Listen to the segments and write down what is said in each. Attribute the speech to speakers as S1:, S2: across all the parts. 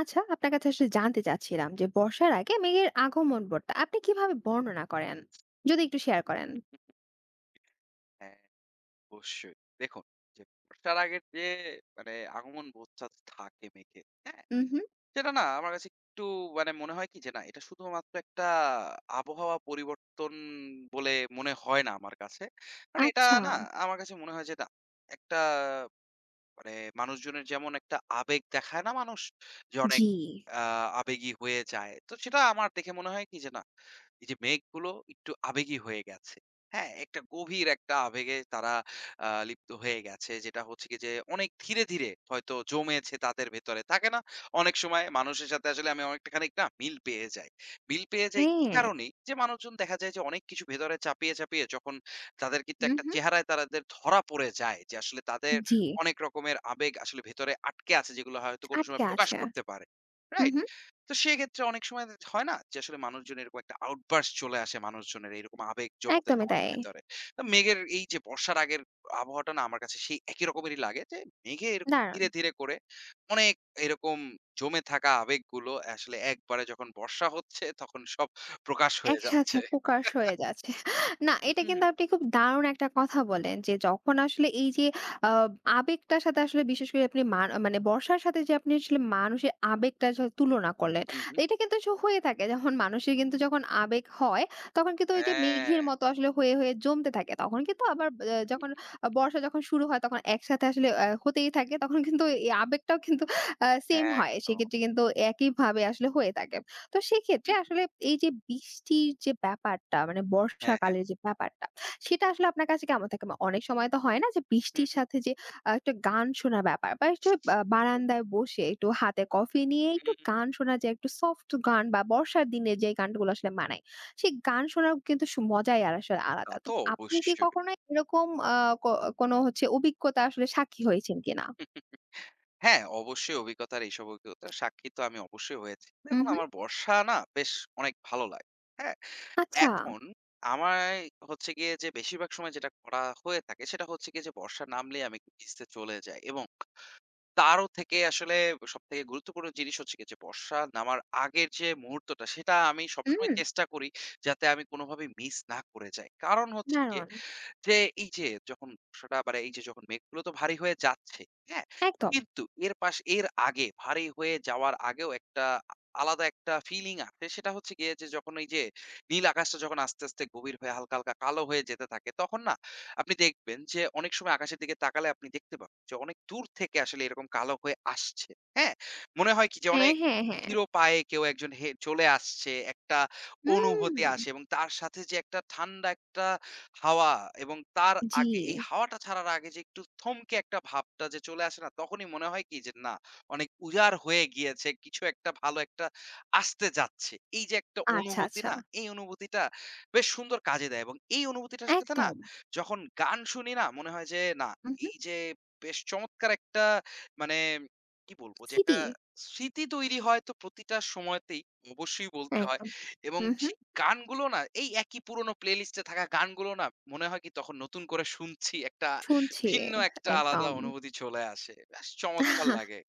S1: আচ্ছা, আপনার কাছে আসলে জানতে চাচ্ছিলাম যে বর্ষার আগে মেঘের আগমন আপনি কিভাবে বর্ণনা করেন? যদি একটু শেয়ার করেন।
S2: হ্যাঁ, অবশ্যই। দেখুন যে বর্ষার আগের যে মানে আগমন বোধটা থাকে মেঘের, হ্যাঁ?
S1: উম হুম।
S2: সেটা না আমার কাছে একটু মনে হয় কি যে না এটা শুধুমাত্র একটা আবহাওয়া পরিবর্তন বলে মনে হয় না আমার কাছে। কারণ এটা
S1: আচ্ছা,
S2: না আমার কাছে মনে হয় যে না একটা মানে মানুষজনের যেমন একটা আবেগ দেখায় না মানুষ? যে অনেক
S1: জি।
S2: আ আবেগী হয়ে যায়। তো সেটা আমার দেখে মনে হয় কি যে না, এই যে মেঘগুলো একটু আবেগী হয়ে গেছে। হ্যাঁ? একটা গভীর একটা আবেগে তারা লিপ্ত হয়ে গেছে। যেটা হচ্ছে গিয়ে যে অনেক ধীরে, ধীরে হয়তো জমেছে তাদের ভেতরে। থাকে না? অনেক সময় মানুষের সাথে আসলে আমি অনেকটা খানিক না মিল পেয়ে যাই। মিল পেয়ে যাই এই
S1: হ্যাঁ।
S2: কারণেই যে মানুষজন দেখা যায় যে অনেক কিছু ভেতরে চাপিয়ে, চাপিয়ে যখন তাদের কিন্তু
S1: উম
S2: একটা
S1: হুম।
S2: চেহারায় তাদের ধরা পড়ে যায় যে আসলে তাদের
S1: জি,
S2: অনেক রকমের আবেগ আসলে ভেতরে আটকে আছে যেগুলো হয়তো কোনো
S1: আটকে
S2: সময় প্রকাশ
S1: আছে।
S2: করতে পারে।
S1: উম
S2: রাইট?
S1: হুম,
S2: তো সেক্ষেত্রে অনেক সময় হয় না যে আসলে মানুষজন এরকম একটা আউটবার্স্ট চলে আসে মানুষজনের এরকম আবেগ জমাতে,
S1: একদমই
S2: জমাতে
S1: তাই।
S2: ভেতরে। তো মেঘের এই যে বর্ষার আগের আবহাওয়াটা না আমার কাছে সেই একই রকমেরই লাগে যে মেঘে এরকম
S1: দারুণ।
S2: ধীরে, ধীরে করে অনেক এরকম জমে থাকা আবেগগুলো আসলে একবারে যখন বর্ষা হচ্ছে তখন সব প্রকাশ হয়ে
S1: একসাথে
S2: যাচ্ছে।
S1: প্রকাশ হয়ে যাচ্ছে। না,
S2: হুম,
S1: এটা
S2: হুম,
S1: কিন্তু আপনি খুব দারুণ একটা কথা বলেন যে যখন আসলে এই যে আ আবেগটার সাথে আসলে, বিশেষ করে আপনি মানে বর্ষার সাথে যে আপনি আসলে মানুষের আবেগটা তুলনা করলেন।
S2: হুম, হুম।
S1: এটা কিন্তু হয়ে থাকে, যখন মানুষের কিন্তু যখন আবেগ হয় তখন কিন্তু ওই যে মেঘের
S2: হ্যাঁ,
S1: মতো আসলে হয়ে, হয়ে জমতে থাকে। তখন কিন্তু আবার যখন বর্ষা যখন শুরু হয় তখন একসাথে আসলে হতেই থাকে। তখন কিন্তু এই আবেগটাও কিন্তু সেম হয়।
S2: একদম।
S1: সেক্ষেত্রে কিন্তু একইভাবে আসলে হয়ে থাকে। তো সেক্ষেত্রে
S2: হুম,
S1: আসলে এই যে বৃষ্টির যে ব্যাপারটা, মানে
S2: হ্যাঁ, হ্যাঁ।
S1: বর্ষাকালের যে ব্যাপারটা, সেটা আসলে আপনার কাছে কেমন থাকে? অনেক সময় তো হয় না যে
S2: হুম,
S1: বৃষ্টির
S2: হুম,
S1: সাথে যে একটা গান শোনার ব্যাপার, বা একটু বা বারান্দায় বসে একটু হাতে কফি নিয়ে একটু
S2: হুম।
S1: গান শোনা, যে একটু সফট গান বা বর্ষার দিনে যে গানগুলো আসলে মানায়, সেই গান শোনার কিন্তু মজাই আর আসলে আলাদা।
S2: তা
S1: তো
S2: তো
S1: আপনি কি
S2: অবশ্যই।
S1: কখনো এরকম আ ক কোনো হচ্ছে অভিজ্ঞতা আসলে সাক্ষী হয়েছেন কিনা?
S2: হ্যাঁ, অবশ্যই অভিজ্ঞতার এইসব অভিজ্ঞতার সাক্ষী তো আমি অবশ্যই হয়েছি। দেখুন
S1: উহু,
S2: আমার বর্ষা না বেশ অনেক ভালো লাগে। হ্যাঁ?
S1: আচ্ছা।
S2: এখন আমায় হচ্ছে গিয়ে যে বেশিরভাগ সময় যেটা করা হয়ে থাকে সেটা হচ্ছে গিয়ে যে বর্ষা নামলেই আমি একটু ভিজতে চলে যাই এবং তারও থেকে আসলে সবথেকে গুরুত্বপূর্ণ জিনিস হচ্ছে গিয়ে যে বর্ষা নামার আগের যে মুহূর্তটা সেটা আমি
S1: হুম,
S2: সবসময় চেষ্টা করি যাতে আমি কোনোভাবেই মিস না করে যাই। কারণ হচ্ছে গিয়ে
S1: দারুণ।
S2: যে এই যে যখন বর্ষাটা, এই যে যখন মেঘগুলো তো ভারী হয়ে যাচ্ছে, হ্যাঁ?
S1: একদম।
S2: কিন্তু এর আগে ভারী হয়ে যাওয়ার আগেও একটা আ আলাদা একটা ফিলিং আসে। সেটা হচ্ছে গিয়ে যে যখন এই যে নীল আকাশটা যখন আস্তে, আস্তে গভীর হয়ে হালকা, হালকা কালো হয়ে যেতে থাকে তখন না আপনি দেখবেন যে অনেক সময় আকাশের দিকে তাকালে আপনি দেখতে পাবেন যে অনেক দূর থেকে আসলে এরকম কালো হয়ে আসছে। হ্যাঁ? মনে হয় কি যে
S1: হ্যাঁ,
S2: অনেক
S1: হ্যাঁ, হ্যাঁ।
S2: ধীর পায়ে কেউ একজন হে চলে আসছে। একটা
S1: হুম,
S2: অনুভূতি আসে এবং তার সাথে যে একটা ঠান্ডা একটা হাওয়া এবং তার
S1: জি।
S2: আগে এই হাওয়াটা ছাড়ার আগে যে একটু থমকে একটা ভাবটা যে চলে আসে না তখনই মনে হয় কি যে না অনেক উজাড় হয়ে গিয়েছে কিছু একটা ভালো একটা আসতে যাচ্ছে এই যে একটা
S1: আচ্ছা,
S2: অনুভূতি
S1: আচ্ছা।
S2: না এই অনুভূতিটা বেশ সুন্দর কাজে দেয় এবং এই অনুভূতিটার সাথে না
S1: একদম।
S2: যখন গান শুনি না মনে হয় যে না
S1: উহু।
S2: এই যে বেশ চমৎকার একটা মানে কি বলবো যে একটা
S1: সিডি?
S2: স্মৃতি তৈরি হয় তো প্রতিটা সময়তেই অবশ্যই বলতে হয়
S1: একদম।
S2: এবং
S1: উহু।
S2: সেই গানগুলো না এই একই পুরনো প্লেলিস্টে থাকা গানগুলো না মনে হয় কি তখন নতুন করে শুনছি একটা
S1: শুনছি।
S2: ভিন্ন একটা আলাদা
S1: একদম।
S2: অনুভূতি চলে আসে। বেশ চমৎকার লাগে।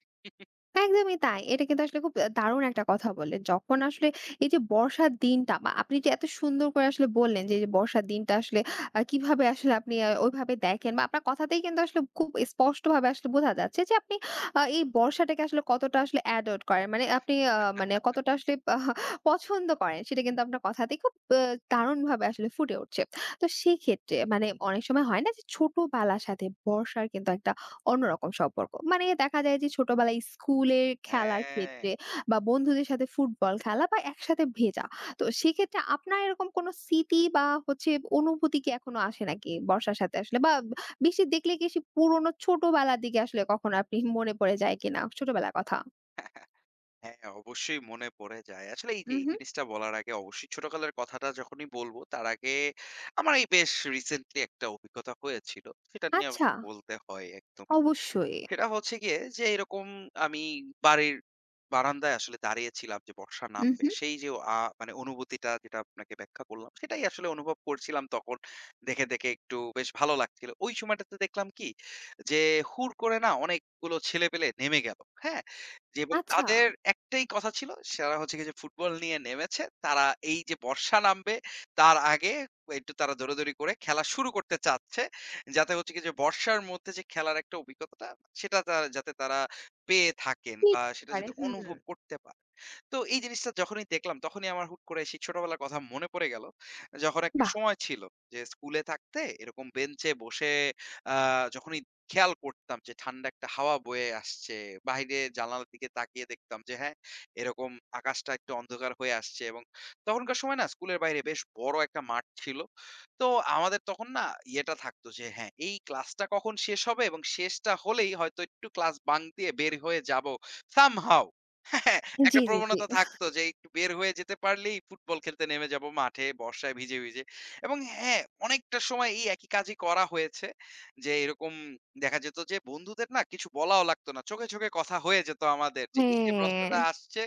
S1: একদমই তাই। এটা কিন্তু আসলে খুব দারুণ একটা কথা বললেন। যখন আসলে এই যে বর্ষার দিনটা, বা আপনি যে এত সুন্দর করে আসলে বললেন যে, এই যে বর্ষার দিনটা আসলে কিভাবে আসলে আপনি ওইভাবে দেখেন, বা আপনার কথাতেই কিন্তু আসলে খুব স্পষ্টভাবে আসলে বোঝা যাচ্ছে যে আপনি এই বর্ষাটাকে আসলে কতটা আসলে অ্যাডপ্ট করেন। মানে আপনি মানে কতটা আসলে পছন্দ করেন সেটা কিন্তু আপনার কথাতেই খুব দারুণভাবে আসলে ফুটে উঠছে। তো সেক্ষেত্রে মানে অনেক সময় হয় না যে ছোটবেলার সাথে বর্ষার কিন্তু একটা অন্যরকম সম্পর্ক। মানে দেখা যায় যে ছোটবেলায় স্কুলের খেলার
S2: হ্যাঁ।
S1: ক্ষেত্রে, বা বন্ধুদের সাথে ফুটবল খেলা বা একসাথে ভেজা। তো সেক্ষেত্রে আপনার এরকম কোনো স্মৃতি বা হচ্ছে অনুভূতি কি এখনো আসে নাকি বর্ষার সাথে আসলে? বা বৃষ্টি দেখলে কি সে পুরনো ছোটবেলার দিকে আসলে কখনো আপনি মনে পড়ে যায় কিনা? ছোটবেলার কথা?
S2: হ্যাঁ, অবশ্যই মনে পড়ে যায়। আসলে এই যে
S1: উম
S2: এই
S1: হুম।
S2: জিনিসটা বলার আগে অবশ্যই ছোটকালের কথাটা যখনই বলব, তার আগে আমার এই বেশ রিসেন্টলি একটা অভিজ্ঞতা হয়েছিল। সেটা নিয়ে
S1: আচ্ছা,
S2: অবশ্য বলতে হয় একদমই।
S1: অবশ্যই।
S2: সেটা হচ্ছে গিয়ে যে এরকম আমি বাড়ির বারান্দায় আসলে দাঁড়িয়েছিলাম যে বর্ষা
S1: উম
S2: নামবে।
S1: হুম।
S2: সেই যে আ মানে অনুভূতিটা যেটা আপনাকে ব্যাখ্যা করলাম, সেটাই আসলে অনুভব করছিলাম তখন। দেখে, দেখে একটু বেশ ভালো লাগছিল। ওই সময়টাতে দেখলাম কি যে হুড় করে না অনেকগুলো ছেলেপেলে নেমে গেল। হ্যাঁ? জি, এবং
S1: আচ্ছা।
S2: তাদের একটাই কথা ছিল, সেটা হচ্ছে গিয়ে যে ফুটবল নিয়ে নেমেছে। তারা এই যে বর্ষা নামবে, তার আগে একটু তারা দৌড়াদৌড়ি করে খেলা শুরু করতে চাচ্ছে। যাতে হচ্ছে গিয়ে যে বর্ষার মধ্যে যে খেলার একটা অভিজ্ঞতাটা, সেটা তারা যাতে তারা পেয়ে থাকেন
S1: কি
S2: বা
S1: হতে
S2: সেটা
S1: পারে?
S2: যাতে
S1: হুম।
S2: অনুভব করতে পারে। তো এই জিনিসটা যখনই দেখলাম, তখনই আমার হুট করে সেই ছোটবেলার কথা মনে পড়ে গেল। যখন একটা
S1: বাহ!
S2: সময় ছিল যে স্কুলে থাকতে এরকম বেঞ্চে বসে আ যখনই খেয়াল করতাম যে ঠান্ডা একটা হাওয়া বয়ে আসছে। বাহিরে জানালার দিকে তাকিয়ে দেখতাম যে হ্যাঁ, এরকম আকাশটা একটু অন্ধকার হয়ে আসছে এবং তখনকার সময় না স্কুলের বাইরে বেশ বড় একটা মাঠ ছিল। তো আমাদের তখন না ইয়েটা থাকতো যে হ্যাঁ, এই ক্লাসটা কখন শেষ হবে এবং শেষটা হলেই হয়তো একটু ক্লাস বাঙ্ক দিয়ে বের হয়ে যাবো somehow। হ্যাঁ,
S1: জি,
S2: একটা
S1: জি, জি।
S2: প্রবণতা থাকতো যে একটু বের হয়ে যেতে পারলেই ফুটবল খেলতে নেমে যাবো মাঠে বর্ষায় ভিজে, ভিজে এবং হ্যাঁ, অনেকটা সময় এই একই কাজই করা হয়েছে। যে এরকম দেখা যেত যে বন্ধুদের না কিছু বলাও লাগতো না। চোখে, চোখে কথা হয়ে যেত আমাদের। যে এই যে
S1: হ্যাঁ।
S2: প্রশ্নটা আসছে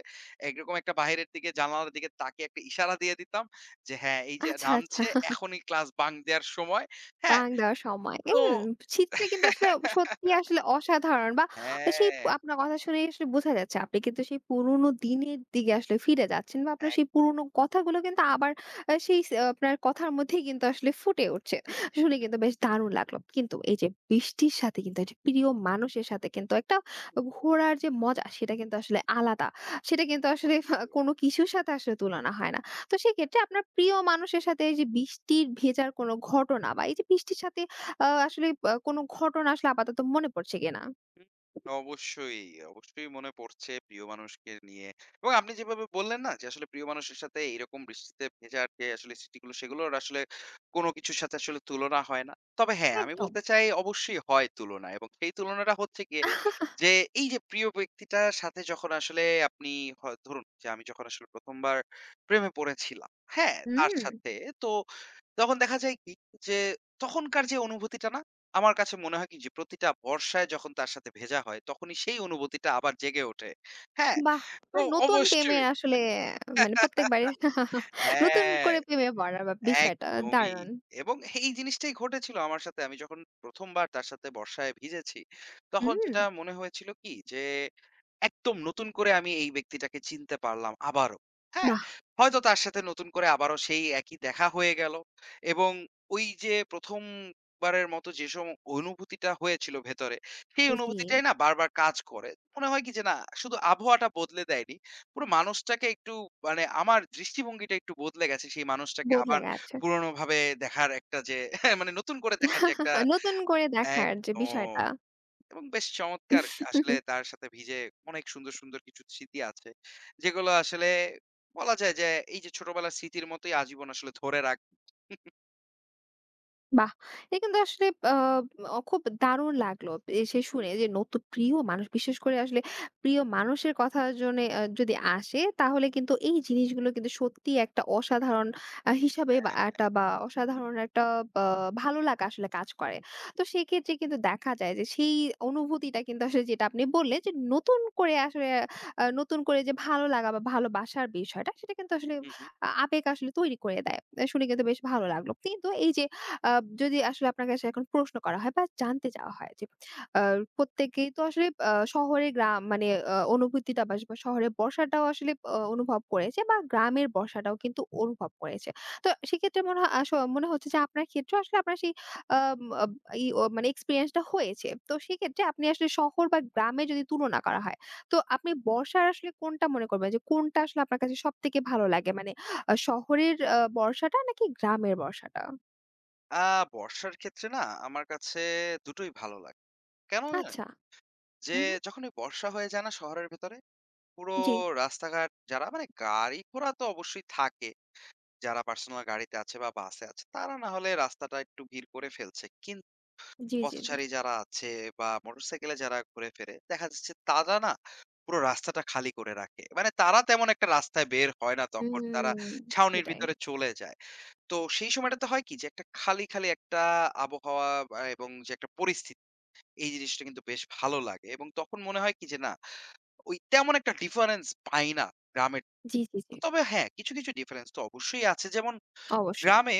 S2: এরকম একটা বাহিরের দিকে জানালার দিকে তাকিয়ে একটা ইশারা দিয়ে দিতাম যে হ্যাঁ, এই যে
S1: আচ্ছা, আচ্ছা।
S2: নামছে এখনই ক্লাস বাঙ্ক দেওয়ার সময়। হ্যাঁ,
S1: বাং দেওয়ার সময়।
S2: তো
S1: সেটা কিন্তু আসলে সত্যিই আসলে অসাধারণ, বা
S2: হ্যাঁ,
S1: আপনার কথা শুনেই আসলে বোঝা যাচ্ছে আপনি কিন্তু সেই পুরোনো দিনের দিকে আসলে ফিরে যাচ্ছেন, বা আপনার সেই
S2: একদম।
S1: পুরোনো কথাগুলো কিন্তু আবার আ সেই স আপনার কথার মধ্যেই কিন্তু আসলে ফুটে উঠছে। শুনে কিন্তু বেশ দারুণ লাগলো। কিন্তু এই যে বৃষ্টির সাথে, কিন্তু এই যে প্রিয় মানুষের সাথে কিন্তু একটা ঘোরার যে মজা সেটা কিন্তু আসলে আলাদা। সেটা কিন্তু আসলে
S2: অবশ্যই।
S1: কোনো কিছুর সাথে আসলে তুলনা হয় না। তো সেক্ষেত্রে আপনার প্রিয় মানুষের সাথে এই যে বৃষ্টির ভেজার কোনো ঘটনা, বা এই যে বৃষ্টির সাথে আসলে কোনো ঘটনা আসলে আপাতত মনে পড়ছে কিনা?
S2: হুম, অবশ্যই, অবশ্যই মনে পড়ছে প্রিয় মানুষকে নিয়ে। এবং আপনি যেভাবে বললেন না যে আসলে প্রিয় মানুষের সাথে এইরকম বৃষ্টিতে ভেজার যে আসলে স্মৃতিগুলো সেগুলোর আসলে কোনো কিছুর সাথে আসলে তুলনা হয় না। তবে হ্যাঁ, আমি
S1: একদম।
S2: বলতে চাই অবশ্যই হয় তুলনা এবং সেই তুলনাটা হচ্ছে গিয়ে যে এই যে প্রিয় ব্যক্তিটার সাথে যখন আসলে আপনি হয় ধরুন যে আমি যখন আসলে ১ম বার প্রেমে পড়েছিলাম, হ্যাঁ? তার
S1: হুম,
S2: সাথে তো তখন দেখা যায় কি যে, তখনকার যে অনুভূতিটা না? আমার কাছে মনে হয় কি যে প্রতিটা বর্ষায় যখন তার সাথে ভেজা হয়, তখনই সেই অনুভূতিটা আবার জেগে ওঠে। হ্যাঁ?
S1: বাহ!
S2: তো
S1: মানে নতুন প্রেমের
S2: অবশ্যই।
S1: আসলে মানে প্রত্যেকবারে নতুন
S2: হ্যাঁ,
S1: করে প্রেমে পড়ার বা বিষয়টা।
S2: একদমই।
S1: দারুণ।
S2: এবং এই জিনিসটাই ঘটেছিল আমার সাথে। আমি যখন ১ম বার তার সাথে বর্ষায় ভিজেছি, তখন
S1: হুম,
S2: যেটা মনে হয়েছিল কি যে একদম নতুন করে আমি এই ব্যক্তিটাকে চিনতে পারলাম আবারও। হ্যাঁ?
S1: বাহ!
S2: হয়তো তার সাথে নতুন করে আবারও সেই একই দেখা হয়ে গেল এবং ওই যে ১ম বারের মতো যে অনুভূতিটা হয়েছিল ভেতরে, সেই
S1: জি,
S2: অনুভূতিটাই না বারবার কাজ করে। মনে হয় কি যে না শুধু আবহাওয়াটা বদলে দেয়নি। পুরো মানুষটাকে একটু আমার দৃষ্টিভঙ্গিটা একটু বদলে গেছে। সেই মানুষটাকে
S1: বদলে
S2: আবার
S1: গেছে।
S2: পুরনোভাবে দেখার একটা যে মানে নতুন করে দেখার যে একটা
S1: নতুন করে দেখার যে
S2: একদম।
S1: বিষয়টা।
S2: এবং বেশ চমৎকার আসলে তার সাথে ভিজে অনেক সুন্দর, সুন্দর কিছু স্মৃতি আছে। যেগুলো আসলে বলা যায় যে এই যে ছোটবেলার স্মৃতির মতোই আজীবন আসলে ধরে রাখ
S1: বাহ! এটা কিন্তু আসলে আ অ খুব দারুণ লাগলো। এসে
S2: হুম,
S1: শুনে যে নতুন প্রিয় মানুষ, বিশেষ করে আসলে প্রিয় মানুষের কথা জনে আ যদি আসে, তাহলে কিন্তু এই জিনিসগুলো কিন্তু সত্যিই একটা অসাধারণ হিসাবে বা একটা, বা অসাধারণ একটা বা ভালো লাগা আসলে কাজ করে। তো সেক্ষেত্রে কিন্তু দেখা যায় যে সেই অনুভূতিটা কিন্তু আসলে, যেটা আপনি বললেন যে নতুন করে আসলে নতুন করে যে ভালো লাগা বা ভালোবাসার বিষয়টা সেটা কিন্তু আসলে
S2: হুম, হুম।
S1: আবেগ আসলে তৈরি করে দেয়। শুনে কিন্তু বেশ ভালো লাগলো। কিন্তু এই যে আ যদি আসলে আপনার কাছে এখন প্রশ্ন করা হয় বা জানতে চাওয়া হয় যে আ প্রত্যেকেই তো আসলে শহরে গ্রাম মানে অনুভূতিটা বা বা শহরে বর্ষাটাও আসলে অনুভব করেছে বা গ্রামের বর্ষাটাও কিন্তু অনুভব করেছে। তো সেক্ষেত্রে মনে হয় মনে হচ্ছে যে আপনার ক্ষেত্রেও আসলে আপনার সেই আম আব ই ও মানে এক্সপেরিয়েন্স টা হয়েছে। তো সেক্ষেত্রে আপনি আসলে শহর বা গ্রামে যদি তুলনা করা হয়, তো আপনি বর্ষার আসলে কোনটা মনে করবেন যে কোনটা আসলে আপনার কাছে সবথেকে ভালো লাগে? মানে শহরের বর্ষাটা নাকি গ্রামের বর্ষাটা?
S2: আ বর্ষার ক্ষেত্রে না আমার কাছে দুটোই ভালো লাগে। কেন জানেন?
S1: আচ্ছা।
S2: যে
S1: উম হুম।
S2: যখন ওই বর্ষা হয়ে যায় না শহরের ভেতরে, পুরো
S1: জি,
S2: রাস্তাঘাট যারা মানে গাড়ি ঘোড়া তো অবশ্যই থাকে। যারা পার্সোনাল গাড়িতে আছে বা বাসে আছে তারা না হলে রাস্তাটা একটু ভিড় করে ফেলছে।
S1: জি, জি, জি।
S2: পথচারী যারা আছে বা মোটরসাইকেলে যারা ঘুরে ফেরে, দেখা যাচ্ছে তারা না পুরো রাস্তাটা খালি করে রাখে। মানে তারা তেমন একটা রাস্তায় বের হয় না তখন। তারা
S1: হুম,
S2: ছাউনির
S1: সেটাই।
S2: ভিতরে চলে যায়। তো সেই সময়টাতে হয় কি যে একটা খালি, খালি একটা আবহাওয়া এবং যে একটা পরিস্থিতি, এই জিনিসটা কিন্তু বেশ ভালো লাগে এবং তখন মনে হয় কি যে না, ওই তেমন একটা ডিফারেন্স পাই না গ্রামের
S1: জি, জি, জি।
S2: তবে হ্যাঁ, কিছু, কিছু ডিফারেন্স তো অবশ্যই আছে। যেমন
S1: অবশ্যই।
S2: গ্রামে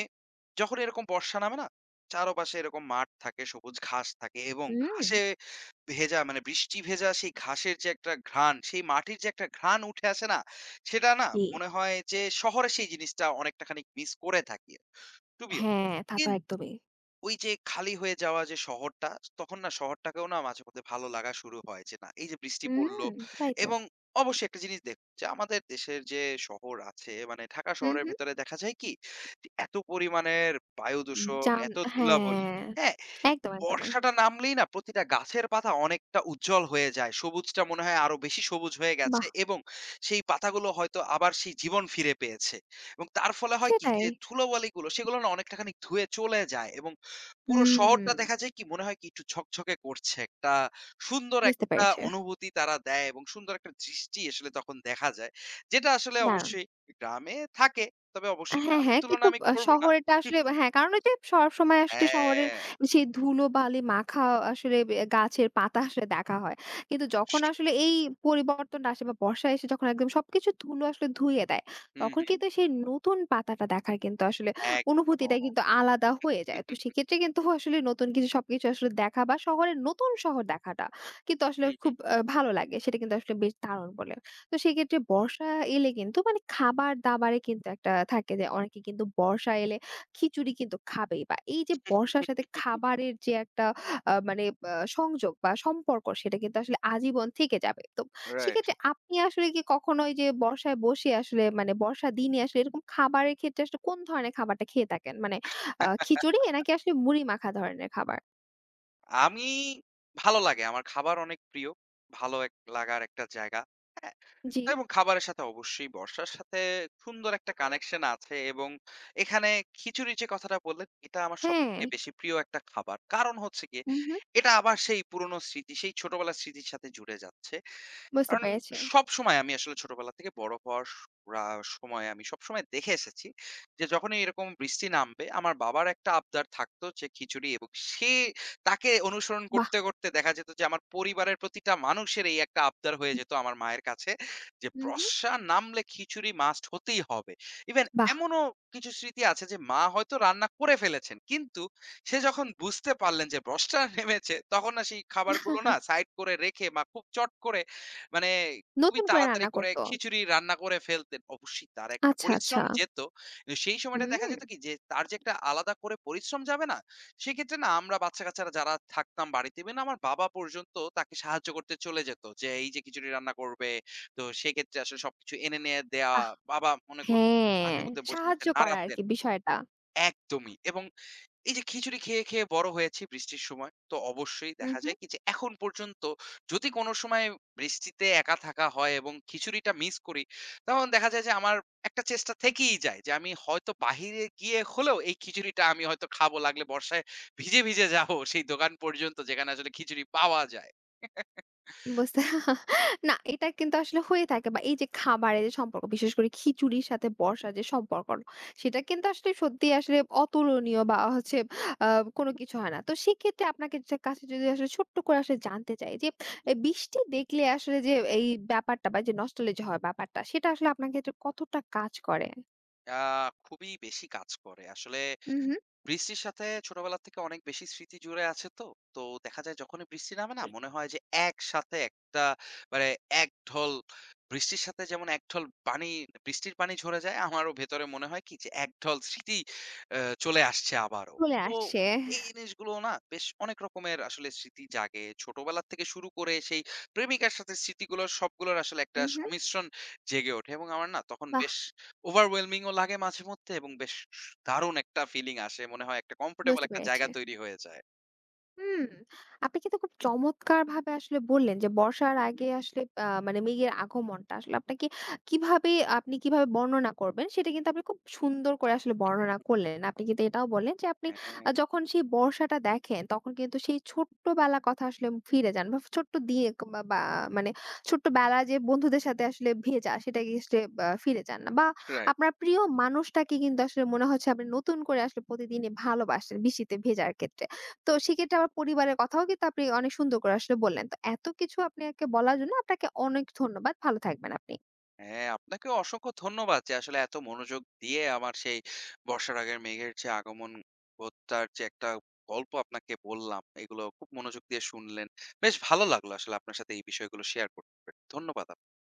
S2: যখন এরকম বর্ষা নামে না? চারপাশে এরকম মাঠ থাকে, সবুজ ঘাস থাকে এবং
S1: হুম।
S2: ঘাসে ভেজা বৃষ্টি ভেজা সেই ঘাসের যে একটা ঘ্রাণ, সেই মাটির যে একটা ঘ্রাণ উঠে আসে না? সেটা না
S1: জি।
S2: মনে হয় যে শহরে সেই জিনিসটা অনেকটা খানিক মিস করে থাকি। টু বি
S1: হ্যাঁ,
S2: অনেস্ট
S1: তা তো
S2: কিন
S1: একদমই।
S2: ওই যে খালি হয়ে যাওয়া যে শহরটা, তখন না শহরটাকেও না মাঝেমধ্যে ভালো লাগা শুরু হয় যে না এই যে বৃষ্টি পড়ল
S1: হুম, তাই তো।
S2: এবং অবশ্যই একটা জিনিস দেখুন যে আমাদের দেশের যে শহর আছে মানে ঢাকা
S1: হুম,
S2: শহরের
S1: হুম।
S2: ভেতরে দেখা যায় কি? যে এত পরিমাণের বায়ু
S1: হুম।
S2: দূষণ, এত ধুলাবলি,
S1: হ্যাঁ,
S2: হ্যাঁ?
S1: একদম, একদম।
S2: বর্ষাটা নামলেই না প্রতিটা গাছের পাতা অনেকটা উজ্জ্বল হয়ে যায়। সবুজটা মনে হয় আরো বেশি সবুজ হয়ে গেছে
S1: বাহ!
S2: এবং সেই পাতাগুলো হয়তো আবার সেই জীবন ফিরে পেয়েছে। এবং তার ফলে হয় কি
S1: সেটাই।
S2: যে ধুলোবালিগুলো সেগুলো না অনেকটা খানিক ধুয়ে চলে যায় এবং পুরো
S1: হুম,
S2: শহরটা দেখা যায় কি মনে হয় কি একটু ঝকঝকে করছে। একটা সুন্দর
S1: বুঝতে
S2: একটা
S1: পেরেছি।
S2: অনুভূতি তারা দেয় এবং সুন্দর একটা দৃষ্টি আসলে তখন দেখা যায়। যেটা আসলে
S1: দারুণ।
S2: অবশ্যই গ্রামে থাকে। তবে অবশ্যই
S1: হ্যাঁ,
S2: গ্রামের
S1: হ্যাঁ।
S2: তুলনা
S1: কিন্তু
S2: আমি করব না।
S1: শহরেরটা আসলে হ্যাঁ, কারণ ওই যে সবসময় আসলে শহরের
S2: হ্যাঁ,
S1: সেই ধুলোবালি মাখা আসলে গাছের পাতা আসলে দেখা হয়। কিন্তু যখন
S2: অবশ্যই।
S1: আসলে এই পরিবর্তনটা আসে, বা বর্ষায় এসে যখন একদম সবকিছু ধুলো আসলে ধুইয়ে দেয়,
S2: হুম,
S1: তখন
S2: হুম।
S1: কিন্তু সেই নতুন পাতাটা দেখার কিন্তু আসলে অনুভূতিটা
S2: একদম।
S1: কিন্তু আলাদা হয়ে যায়। তো সেক্ষেত্রে কিন্তু আসলে নতুন কিছু, সবকিছু আসলে দেখা বা শহরের নতুন শহর দেখাটা কিন্তু আসলে
S2: হু, হু।
S1: খুব ভালো লাগে। সেটা কিন্তু আসলে বেশ দারুণ বলে। তো সেক্ষেত্রে বর্ষা এলে কিন্তু মানে খাবার-দাবারে কিন্তু একটা থাকে যে অনেকে কিন্তু বর্ষা এলে খিচুড়ি কিন্তু খাবেই, বা এই যে বর্ষার সাথে খাবারের যে একটা মানে সংযোগ বা সম্পর্ক সেটা কিন্তু আসলে আজীবন থেকে যাবে। তো
S2: রাইট।
S1: সেক্ষেত্রে আপনি আসলে কি কখনো ওই যে বর্ষায় বসে আসলে, মানে বর্ষার দিনে আসলে এরকম খাবারের ক্ষেত্রে আসলে কোন ধরনের খাবারটা খেয়ে থাকেন? মানে খিচুড়ি নাকি আসলে মুড়ি মাখা ধরনের খাবার?
S2: আমি ভালো লাগে। আমার খাবার অনেক প্রিয়। ভালো এক লাগার একটা জায়গা। হ্যাঁ?
S1: জি।
S2: এবং খাবারের সাথে অবশ্যই বর্ষার সাথে সুন্দর একটা কানেকশন আছে এবং এখানে খিচুড়ির যে কথাটা বললেন, এটা আমার
S1: হ্যাঁ।
S2: সবথেকে বেশি প্রিয় একটা খাবার। কারণ হচ্ছে গিয়ে
S1: হুম, হুম।
S2: এটা আবার সেই পুরনো স্মৃতি, সেই ছোটবেলার স্মৃতির সাথে জুড়ে যাচ্ছে।
S1: বুঝতে
S2: কারণ
S1: পেরেছি।
S2: সবসময় আমি আসলে ছোটবেলা থেকে বড় হওয়ার স রা সময় আমি সবসময় দেখে এসেছি যে, যখনই এরকম বৃষ্টি নামবে আমার বাবার একটা আবদার থাকতো যে খিচুড়ি এবং সে তাকে অনুসরণ
S1: বাহ!
S2: করতে, করতে দেখা যেত যে আমার পরিবারের প্রতিটা মানুষের এই একটা আবদার হয়ে যেত আমার মায়ের কাছে যে,
S1: হুম, হুম।
S2: বর্ষা নামলে খিচুড়ি মাস্ট হতেই হবে। ইভেন
S1: বাহ!
S2: এমনও কিছু স্মৃতি আছে যে মা হয়তো রান্না করে ফেলেছেন। কিন্তু সে যখন বুঝতে পারলেন যে বর্ষা নেমেছে তখন না সেই খাবারগুলো না সাইড করে রেখে মা খুব চট করে মানে খুবই
S1: নতুন করে
S2: তাড়াতাড়ি
S1: রান্না
S2: করে
S1: করত।
S2: খিচুড়ি রান্না করে ফেলতেন। অবশ্যই তার একটা
S1: আচ্ছা, আচ্ছা।
S2: পরিশ্রম যেত। কিন্তু সেই সময়টা দেখা যেত
S1: হুম।
S2: কি যে তার যে একটা আলাদা করে পরিশ্রম যাবে না? সেক্ষেত্রে না আমরা বাচ্চা-কাচ্চারা যারা থাকতাম বাড়িতে ইভেন আমার বাবা পর্যন্ত তাকে সাহায্য করতে চলে যেত। যে এই যে খিচুড়ি রান্না করবে। তো সেক্ষেত্রে আসলে সবকিছু এনে নিয়ে দেয়া।
S1: বাহ!
S2: বাবা মনে করুন
S1: হ্যাঁ,
S2: মাঝে মধ্যে বসে, বসে
S1: সাহায্য করা
S2: নাড়াতেন।
S1: আরকি বিষয়টা।
S2: একদমই এবং এই যে খিচুড়ি খেয়ে, খেয়ে বড় হয়েছি বৃষ্টির সময়। তো অবশ্যই
S1: হুম,
S2: দেখা
S1: হুম।
S2: যায় কি যে এখন পর্যন্ত যদি কোন সময় বৃষ্টিতে একা থাকা হয় এবং খিচুড়িটা মিস করি, তখন দেখা যায় যে আমার একটা চেষ্টা থেকেই যায় যে আমি হয়তো বাহিরে গিয়ে হলেও এই খিচুড়িটা আমি হয়তো খাবো। লাগলে বর্ষায় ভিজে, ভিজে যাবো সেই দোকান পর্যন্ত যেখানে আসলে খিচুড়ি পাওয়া যায়।
S1: বুঝতে না, এটা কিন্তু আসলে হয়ে থাকে, বা এই যে খাবারের যে সম্পর্ক, বিশেষ করে খিচুড়ির সাথে বর্ষার যে সম্পর্ক, সেটা কিন্তু আসলে সত্যিই আসলে অতুলনীয়, বা হচ্ছে আ কোনো কিছু হয় না। তো সেক্ষেত্রে আপনাকে যে কাছে যদি আসলে ছোট্ট করে আসলে জানতে চাই যে, এ বৃষ্টি দেখলে আসলে যে এই ব্যাপারটা বা যে নস্টালজি হওয়ার ব্যাপারটা, সেটা আসলে আপনার ক্ষেত্রে কতটা কাজ করে?
S2: আ খুবই বেশি কাজ করে। আসলে
S1: হুম, হুম।
S2: বৃষ্টির সাথে ছোটবেলা থেকে অনেক বেশি স্মৃতি জুড়ে আছে তো। তো দেখা যায় যখনই বৃষ্টি নামে না মনে হয় যে একসাথে একটা মানে এক ঢল বৃষ্টির সাথে যেমন এক ঢল পানি বৃষ্টির পানি ঝরে যায় আমারও ভেতরে মনে হয় কি যে এক ঢল স্মৃতি আ চলে আসছে আবারও।
S1: চলে
S2: তো
S1: আসছে।
S2: এই জিনিসগুলো না বেশ অনেক রকমের আসলে স্মৃতি জাগে। ছোটবেলা থেকে শুরু করে সেই প্রেমিকার সাথে স্মৃতিগুলোর সবগুলোর আসলে একটা
S1: হুম, হুম।
S2: সমিশ্রণ জেগে ওঠে এবং আমার না তখন
S1: বাহ!
S2: বেশ Overwhelming ও লাগে মাঝেমধ্যে এবং বেশ দারুণ একটা ফিলিং আসে। মনে হয় একটা কমফোর্টেবল
S1: বুঝতে
S2: একটা
S1: পেরেছি।
S2: জায়গা তৈরি হয়ে যায়।
S1: হুম, আপনি কিন্তু খুব চমৎকারভাবে আসলে বললেন যে বর্ষার
S2: হু, হু।
S1: আগে আসলে মানে মেঘের আগমনটা আসলে আপনাকে কিভাবে আপনি কিভাবে বর্ণনা করবেন সেটা কিন্তু আপনি খুব সুন্দর করে আসলে বর্ণনা করলেন। আপনি কিন্তু এটাও বললেন যে আপনি
S2: হ্যাঁ,
S1: যখন সেই বর্ষাটা দেখেন তখন কিন্তু সেই ছোট্টবেলার কথা আসলে ফিরে যান, বা ছোট্ট দিয়ে বা বা মানে ছোট্টবেলায় যে বন্ধুদের সাথে আসলে ভেজা সেটাকে আসলে ফিরে যান না, বা
S2: রাইট।
S1: আপনার প্রিয় মানুষটাকে কিন্তু আসলে মনে হচ্ছে আপনি নতুন করে আসলে প্রতিদিনই ভালোবাসেন বৃষ্টিতে ভেজার ক্ষেত্রে। তো সেক্ষেত্রে আমার পরিবারের কথাও কিন্তু আপনি অনেক সুন্দর করে আসলে বললেন। তো এত কিছু আপনাকে বলার জন্য আপনাকে অনেক ধন্যবাদ। ভালো থাকবেন আপনি।
S2: হ্যাঁ, আপনাকেও অসংখ্য ধন্যবাদ যে আসলে এত মনোযোগ দিয়ে আমার সেই বর্ষার আগের মেঘের যে আগমন হত্যার যে একটা গল্প আপনাকে বললাম, এগুলো খুব মনোযোগ দিয়ে শুনলেন। বেশ ভালো লাগলো আসলে আপনার সাথে এই বিষয়গুলো শেয়ার করতে পেরে। ধন্যবাদ।